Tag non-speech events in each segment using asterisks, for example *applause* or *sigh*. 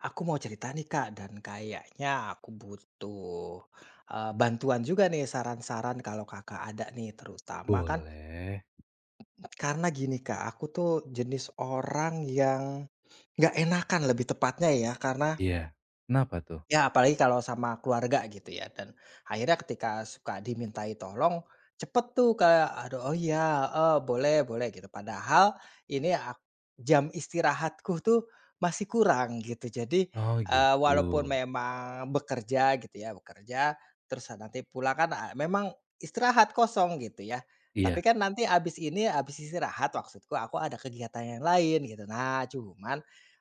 Aku mau cerita nih Kak, dan kayaknya aku butuh, bantuan juga nih saran-saran kalau Kakak ada nih, terutama kan Boleh, karena gini Kak, aku tuh jenis orang yang nggak enakan lebih tepatnya ya karena iya. Kenapa tuh? ya, apalagi kalau sama keluarga gitu ya, dan akhirnya ketika suka dimintai tolong, cepet tuh kayak, "Aduh, oh iya, heeh, boleh boleh," gitu. Padahal ini jam istirahatku tuh masih kurang gitu. Jadi, Oh gitu. walaupun memang bekerja gitu ya, bekerja, terus nanti pulang kan, memang istirahat kosong gitu ya. Tapi Iya. kan nanti abis ini, abis istirahat maksudku aku ada kegiatan yang lain gitu. Nah, cuman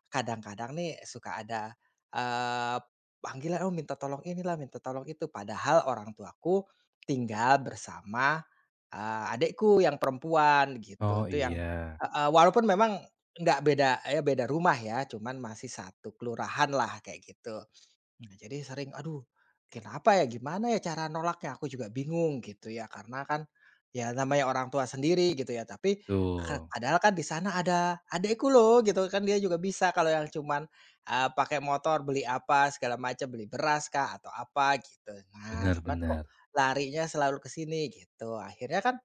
kadang-kadang nih suka ada, eh, panggilan, oh minta tolong inilah, minta tolong itu. Padahal orang tuaku tinggal bersama, adikku yang perempuan gitu. Oh Itu yang, iya, heeh, walaupun memang nggak beda ya, beda rumah ya, cuman masih satu kelurahan lah kayak gitu. Nah, jadi sering, "Aduh, kenapa ya? Gimana ya cara nolaknya?" Aku juga bingung gitu ya, karena kan ya namanya orang tua sendiri gitu ya, tapi betul. padahal kan di sana ada adekku loh gitu kan, dia juga bisa kalau yang cuman, pakai motor beli apa segala macam, beli beraskah atau apa gitu. Nah, Benar cuman kok benar. larinya selalu ke sini gitu, akhirnya kan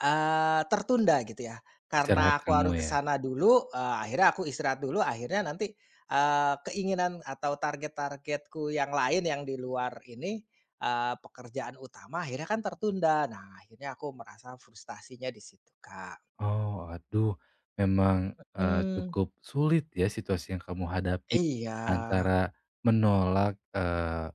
Tertunda gitu ya, Istirahat karena aku harus kamu ke ya? sana dulu, akhirnya aku istirahat dulu, akhirnya nanti, keinginan atau target-targetku yang lain yang di luar ini, pekerjaan utama akhirnya kan tertunda. Nah, akhirnya aku merasa frustasinya di situ, Kak. Oh, aduh, memang, Mhm. cukup sulit ya situasi yang kamu hadapi Iya, antara menolak,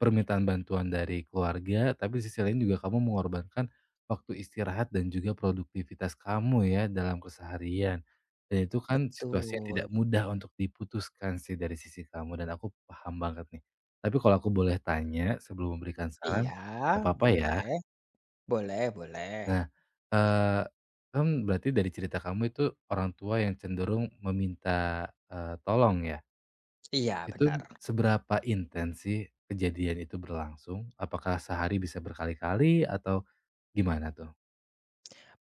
permintaan bantuan dari keluarga, tapi di sisi lain juga kamu mengorbankan waktu istirahat dan juga produktivitas kamu ya dalam keseharian. Dan itu kan situasi yang tidak betul. mudah untuk diputuskan sih dari sisi kamu dan aku paham banget nih. Tapi kalau aku boleh tanya sebelum memberikan Iya, saran, nggak apa-apa ya? boleh. Boleh boleh. Nah, eee, kan berarti dari cerita kamu itu orang tua yang cenderung meminta, tolong ya. Iya, Itu benar. seberapa intens sih kejadian itu berlangsung? Apakah sehari bisa berkali-kali atau gimana tuh?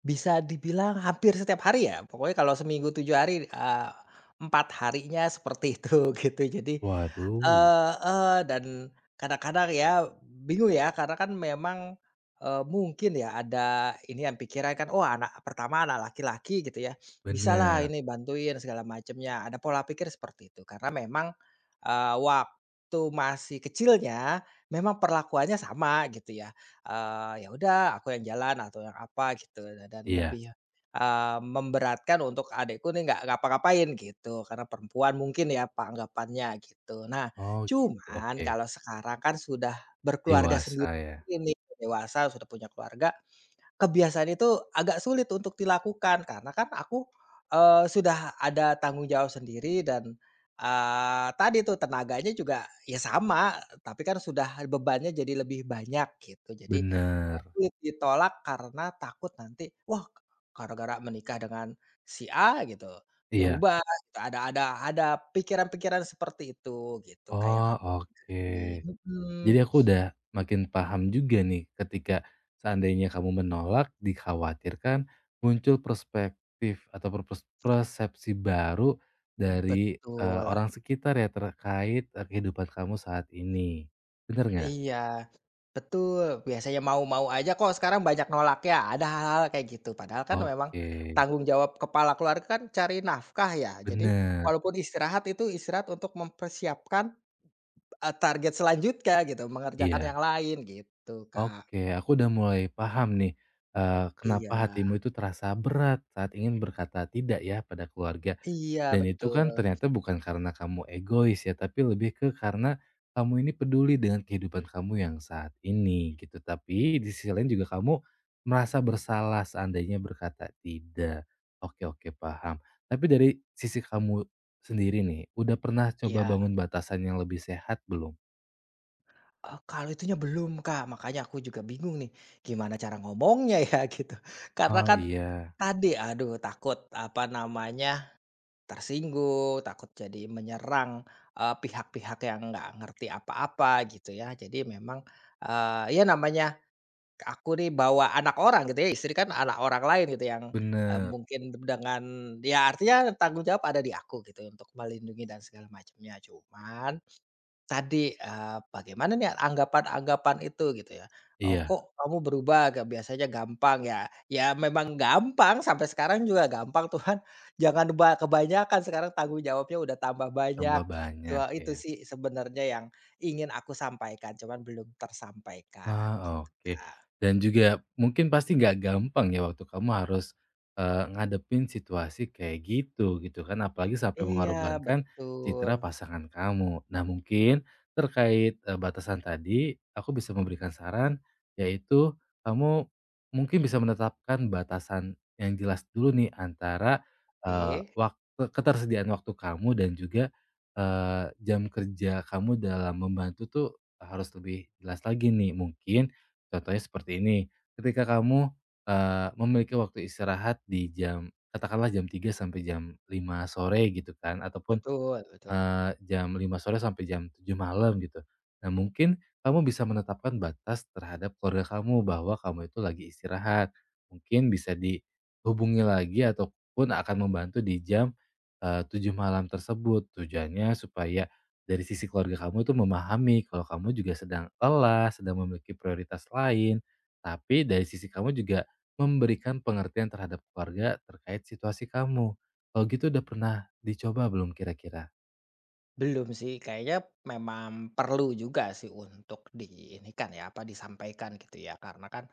Bisa dibilang hampir setiap hari ya, pokoknya kalau seminggu 7 hari, 4 harinya seperti itu *laughs* gitu. Jadi, Waduh, eee eee, dan kadang-kadang ya bingung ya karena kan memang, mungkin ya ada ini yang pikiran kan, "Oh, anak pertama anak laki-laki gitu ya, bisalah bener, ini bantuin segala macamnya." Ada pola pikir seperti itu karena memang, waktu masih kecilnya memang perlakuannya sama gitu ya, ya udah aku yang jalan atau yang apa gitu, dan iya. lebih, memberatkan untuk adikku nih, nggak ngapa-ngapain gitu karena perempuan mungkin ya, anggapannya gitu. Nah, Oh gitu, cuman oke. kalau sekarang kan sudah berkeluarga Dewasa sendiri, ya? ini dewasa sudah punya keluarga. Kebiasaan itu agak sulit untuk dilakukan karena kan aku, sudah ada tanggung jawab sendiri dan, tadi tuh tenaganya juga ya sama, tapi kan sudah bebannya jadi lebih banyak gitu. Jadi Bener, sulit ditolak karena takut nanti, wah, gara-gara menikah dengan si A gitu iya. berubah gitu, ada pikiran-pikiran seperti itu gitu kayak yang Oh, aku oke. mhm, Jadi aku udah makin paham juga nih ketika seandainya kamu menolak dikhawatirkan muncul perspektif atau persepsi baru dari betul. orang sekitar ya terkait kehidupan kamu saat ini. Bener. Mhm. Nggak? Iya, betul. Biasanya mau-mau aja, kok sekarang banyak nolak ya, ada hal-hal kayak gitu. Padahal kan memang Oke, tanggung jawab kepala keluarga kan cari nafkah ya. Jadi bener. walaupun istirahat itu istirahat untuk mempersiapkan, target selanjutnya gitu, mengerjakan Iya. yang lain gitu, Kak. Oke, aku udah mulai paham nih kenapa hatimu Iya. itu terasa berat saat ingin berkata tidak ya pada keluarga. Iya, Dan itu kan betul. ternyata bukan karena kamu egois ya, tapi lebih ke karena kamu ini peduli dengan kehidupan kamu yang saat ini gitu. Tapi di sisi lain juga kamu merasa bersalah seandainya berkata tidak. Oke, oke, paham. Tapi dari sisi kamu sendiri nih, udah pernah coba Iya. bangun batasan yang lebih sehat belum? Oh, kalau itunya belum, Kak. Makanya aku juga bingung nih, gimana cara ngomongnya ya *laughs* gitu. Karena Oh kan iya, tadi, aduh takut apa namanya, tersinggung, takut jadi menyerang, pihak-pihak yang nggak ngerti apa-apa gitu ya. Jadi memang, ya namanya aku nih bawa anak orang gitu ya, istri kan anak orang lain gitu yang, bener. mungkin dengan, ya, artinya tanggung jawab ada di aku gitu untuk melindungi dan segala macamnya. Cuman tadi, bagaimana nih anggapan-anggapan itu gitu ya, "Oh, Iya, kok kamu berubah, gak biasanya gampang ya?" Ya memang gampang, sampai sekarang juga gampang cuman *laughs* jangan kebanyakan, sekarang tanggung jawabnya udah tambah banyak tambah gitu. banyak Oh, itu ya. sih sebenarnya yang ingin aku sampaikan cuman belum tersampaikan gitu, Ah, oke. Kak. Dan juga mungkin pasti nggak gampang ya waktu kamu harus, ngadepin situasi kayak gitu, gitu kan. Apalagi sampai Iya, mengorbankan citra betul. pasangan kamu. Nah mungkin terkait, batasan tadi, aku bisa memberikan saran, yaitu kamu mungkin bisa menetapkan batasan yang jelas dulu nih antara, eee, Oke, wak ketersediaan waktu kamu dan juga, jam kerja kamu dalam membantu tuh harus lebih jelas lagi nih, mungkin contohnya seperti ini, ketika kamu, memiliki waktu istirahat di jam katakanlah jam tiga sampai jam lima sore gitu kan, ataupun betul betul. Jam lima sore sampai jam tujuh malam gitu. Nah mungkin kamu bisa menetapkan batas terhadap keluarga kamu bahwa kamu itu lagi istirahat. Mungkin bisa dihubungi lagi ataupun akan membantu di jam, 7.00 malam tersebut. Tujuannya supaya dari sisi keluarga kamu itu memahami kalau kamu juga sedang lelah, sedang memiliki prioritas lain, tapi dari sisi kamu juga memberikan pengertian terhadap keluarga terkait situasi kamu. Kalau gitu udah pernah dicoba belum kira-kira? Belum sih kayaknya, memang perlu juga sih untuk di ini kan ya, apa, disampaikan gitu ya karena kan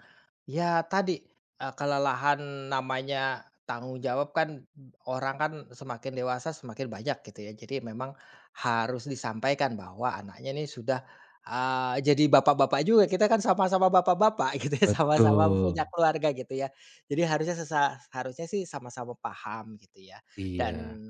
ya tadi, kelelahan, namanya tanggung jawab kan, orang kan semakin dewasa semakin banyak gitu ya. Jadi memang harus disampaikan bahwa anaknya ini sudah, jadi bapak-bapak juga, kita kan sama-sama bapak-bapak *laughs* gitu ya, sama-sama punya Betul, keluarga gitu ya. Jadi harusnya harusnya sih sama-sama paham gitu ya. Dan iya,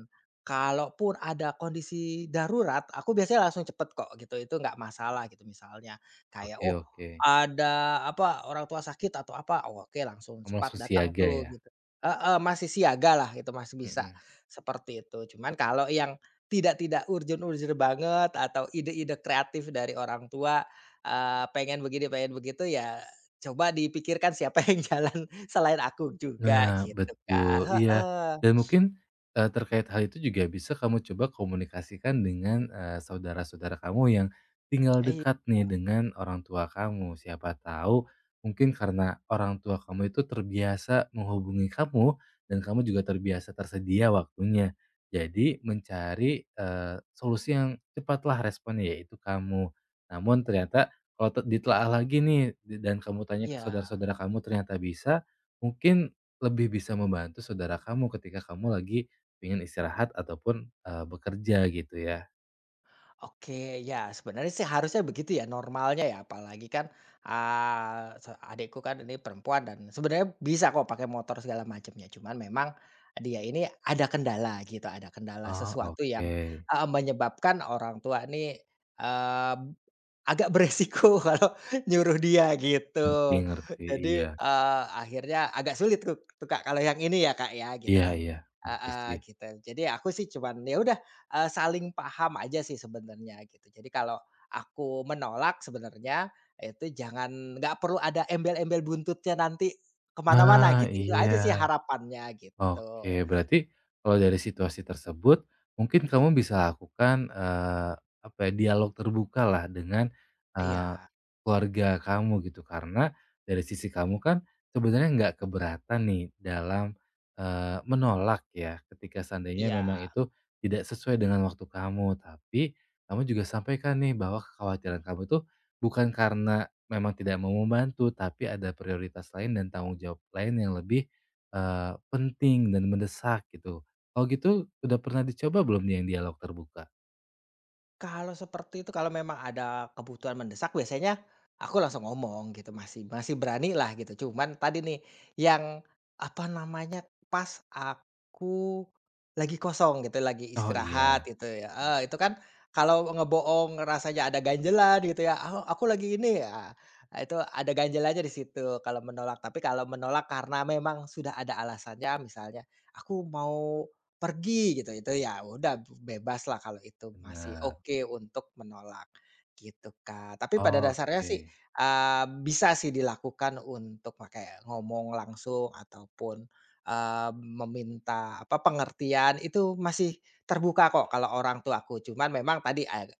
kalaupun ada kondisi darurat, aku biasanya langsung cepet kok gitu, itu nggak masalah gitu. Misalnya kayak, oke, "Oh, oke, ada apa, orang tua sakit atau apa, oh, oke, langsung kamu cepat langsung datang siaga tuh ya? gitu." Heeh, masih siaga lah, itu masih bisa Mhm. seperti itu. Cuman kalau yang tidak tidak urgent-urgent banget, atau ide-ide kreatif dari orang tua, pengen begini pengen begitu ya, coba dipikirkan siapa *laughs* yang jalan selain aku juga Nah, gitu Kak, betul, iya. heeh. Dan mungkin, terkait hal itu juga bisa kamu coba komunikasikan dengan, saudara-saudara kamu yang tinggal I dekat nih dengan orang tua kamu. Siapa tahu mungkin karena orang tua kamu itu terbiasa menghubungi kamu dan kamu juga terbiasa tersedia waktunya. Jadi mencari, solusi yang cepatlah responnya, yaitu kamu. Namun ternyata kalau ditelaah lagi nih, dan kamu tanya ke iya. saudara-saudara kamu ternyata bisa, mungkin lebih bisa membantu saudara kamu ketika kamu lagi pengen istirahat ataupun, bekerja gitu ya? Oke, ya sebenarnya sih harusnya begitu ya normalnya ya, apalagi kan, adikku kan ini perempuan dan sebenarnya bisa kok pakai motor segala macamnya, cuman memang dia ini ada kendala gitu, ada kendala Oh, oke, sesuatu yang, oke. heeh, menyebabkan orang tua ini. eh, Agak beresiko *laughs* kalau nyuruh dia Ngerti, gitu. ngerti, Jadi, iya. Akhirnya agak sulit tuh tuh, Kak, kalau yang ini ya, Kak, ya gitu Iya, kan. iya, ngerti sih. Heeh, gitu. Jadi aku sih cuman ya udah, saling paham aja sih sebenarnya gitu. Jadi kalau aku menolak sebenarnya itu, jangan, nggak perlu ada embel-embel buntutnya nanti kemana mana-mana Ah, gitu. Itu iya. aja sih harapannya gitu. Oke, berarti kalau dari situasi tersebut, mungkin kamu bisa lakukan, apa ya, dialog terbuka lah dengan, eee, Iya, keluarga kamu gitu. Karena dari sisi kamu kan sebenarnya nggak keberatan nih dalam, menolak ya, ketika seandainya memang iya. itu tidak sesuai dengan waktu kamu. Tapi kamu juga sampaikan nih bahwa kekhawatiran kamu tuh bukan karena memang tidak mau membantu, tapi ada prioritas lain dan tanggung jawab lain yang lebih penting dan mendesak gitu. Kalau gitu udah pernah dicoba belum nih yang dialog terbuka? Kalau seperti itu, kalau memang ada kebutuhan mendesak biasanya aku langsung ngomong gitu, masih masih berani lah gitu. Cuman tadi nih yang, apa namanya, pas aku lagi kosong gitu, lagi Oh istirahat iya, gitu ya, heeh, itu kan kalau ngebohong rasanya ada ganjelan gitu ya, "Ah, aku lagi ini," ah, itu ada ganjelannya di situ kalau menolak. Tapi kalau menolak karena memang sudah ada alasannya, misalnya, "Aku mau pergi gitu," itu ya udah bebas lah, kalau itu masih benar. oke untuk menolak, gitu, Kak. Tapi pada dasarnya sih, Oke, bisa sih dilakukan untuk pakai ngomong langsung ataupun, eee, meminta apa, pengertian itu masih terbuka kok kalau orang tuaku, cuman memang tadi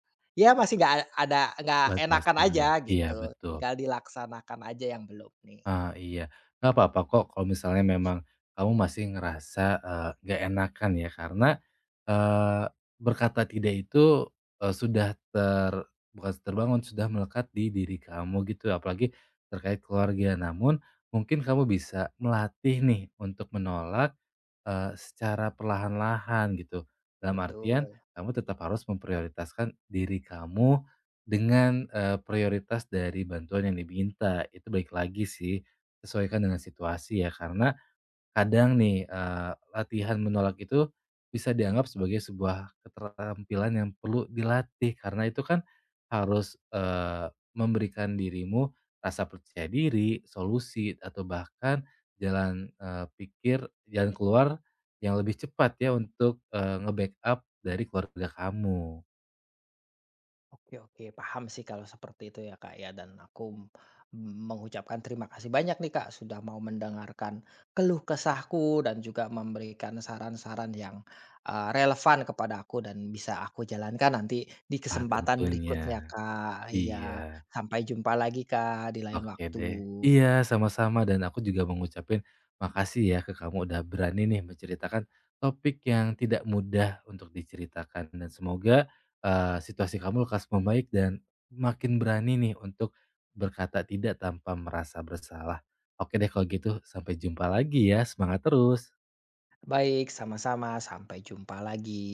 ya masih nggak ada, nggak enakan batasnya aja ya. Iya, gitu, betul. tinggal dilaksanakan aja yang belum nih. Ah, iya. Nggak apa-apa kok kalau misalnya memang kamu masih ngerasa, nggak enakan ya karena, eee, berkata tidak itu, sudah bukan terbangun, sudah melekat di diri kamu gitu apalagi terkait keluarga. Namun mungkin kamu bisa melatih nih untuk menolak, secara perlahan-lahan gitu. Dalam artian Betul. kamu tetap harus memprioritaskan diri kamu dengan, prioritas dari bantuan yang diminta, itu baik lagi sih, sesuaikan dengan situasi ya, karena kadang nih, latihan menolak itu bisa dianggap sebagai sebuah keterampilan yang perlu dilatih, karena itu kan harus, memberikan dirimu rasa percaya diri, solusi, atau bahkan jalan keluar yang lebih cepat ya untuk, nge-backup dari keluarga kamu. Oke oke, paham sih kalau seperti itu ya Kak ya, dan aku mengucapkan terima kasih banyak nih Kak, sudah mau mendengarkan keluh kesahku dan juga memberikan saran-saran yang, relevan kepada aku dan bisa aku jalankan nanti di Ah, kesempatan tentunya. berikutnya Kak. Iya, Iya. sampai jumpa lagi Kak di lain Oke waktu. deh. Iya, sama-sama dan aku juga mengucapkan makasih ya ke kamu udah berani nih menceritakan topik yang tidak mudah untuk diceritakan dan semoga, situasi kamu lekas membaik dan makin berani nih untuk berkata tidak tanpa merasa bersalah. Oke deh kalau gitu sampai jumpa lagi ya, semangat terus. Baik, sama-sama, sampai jumpa lagi.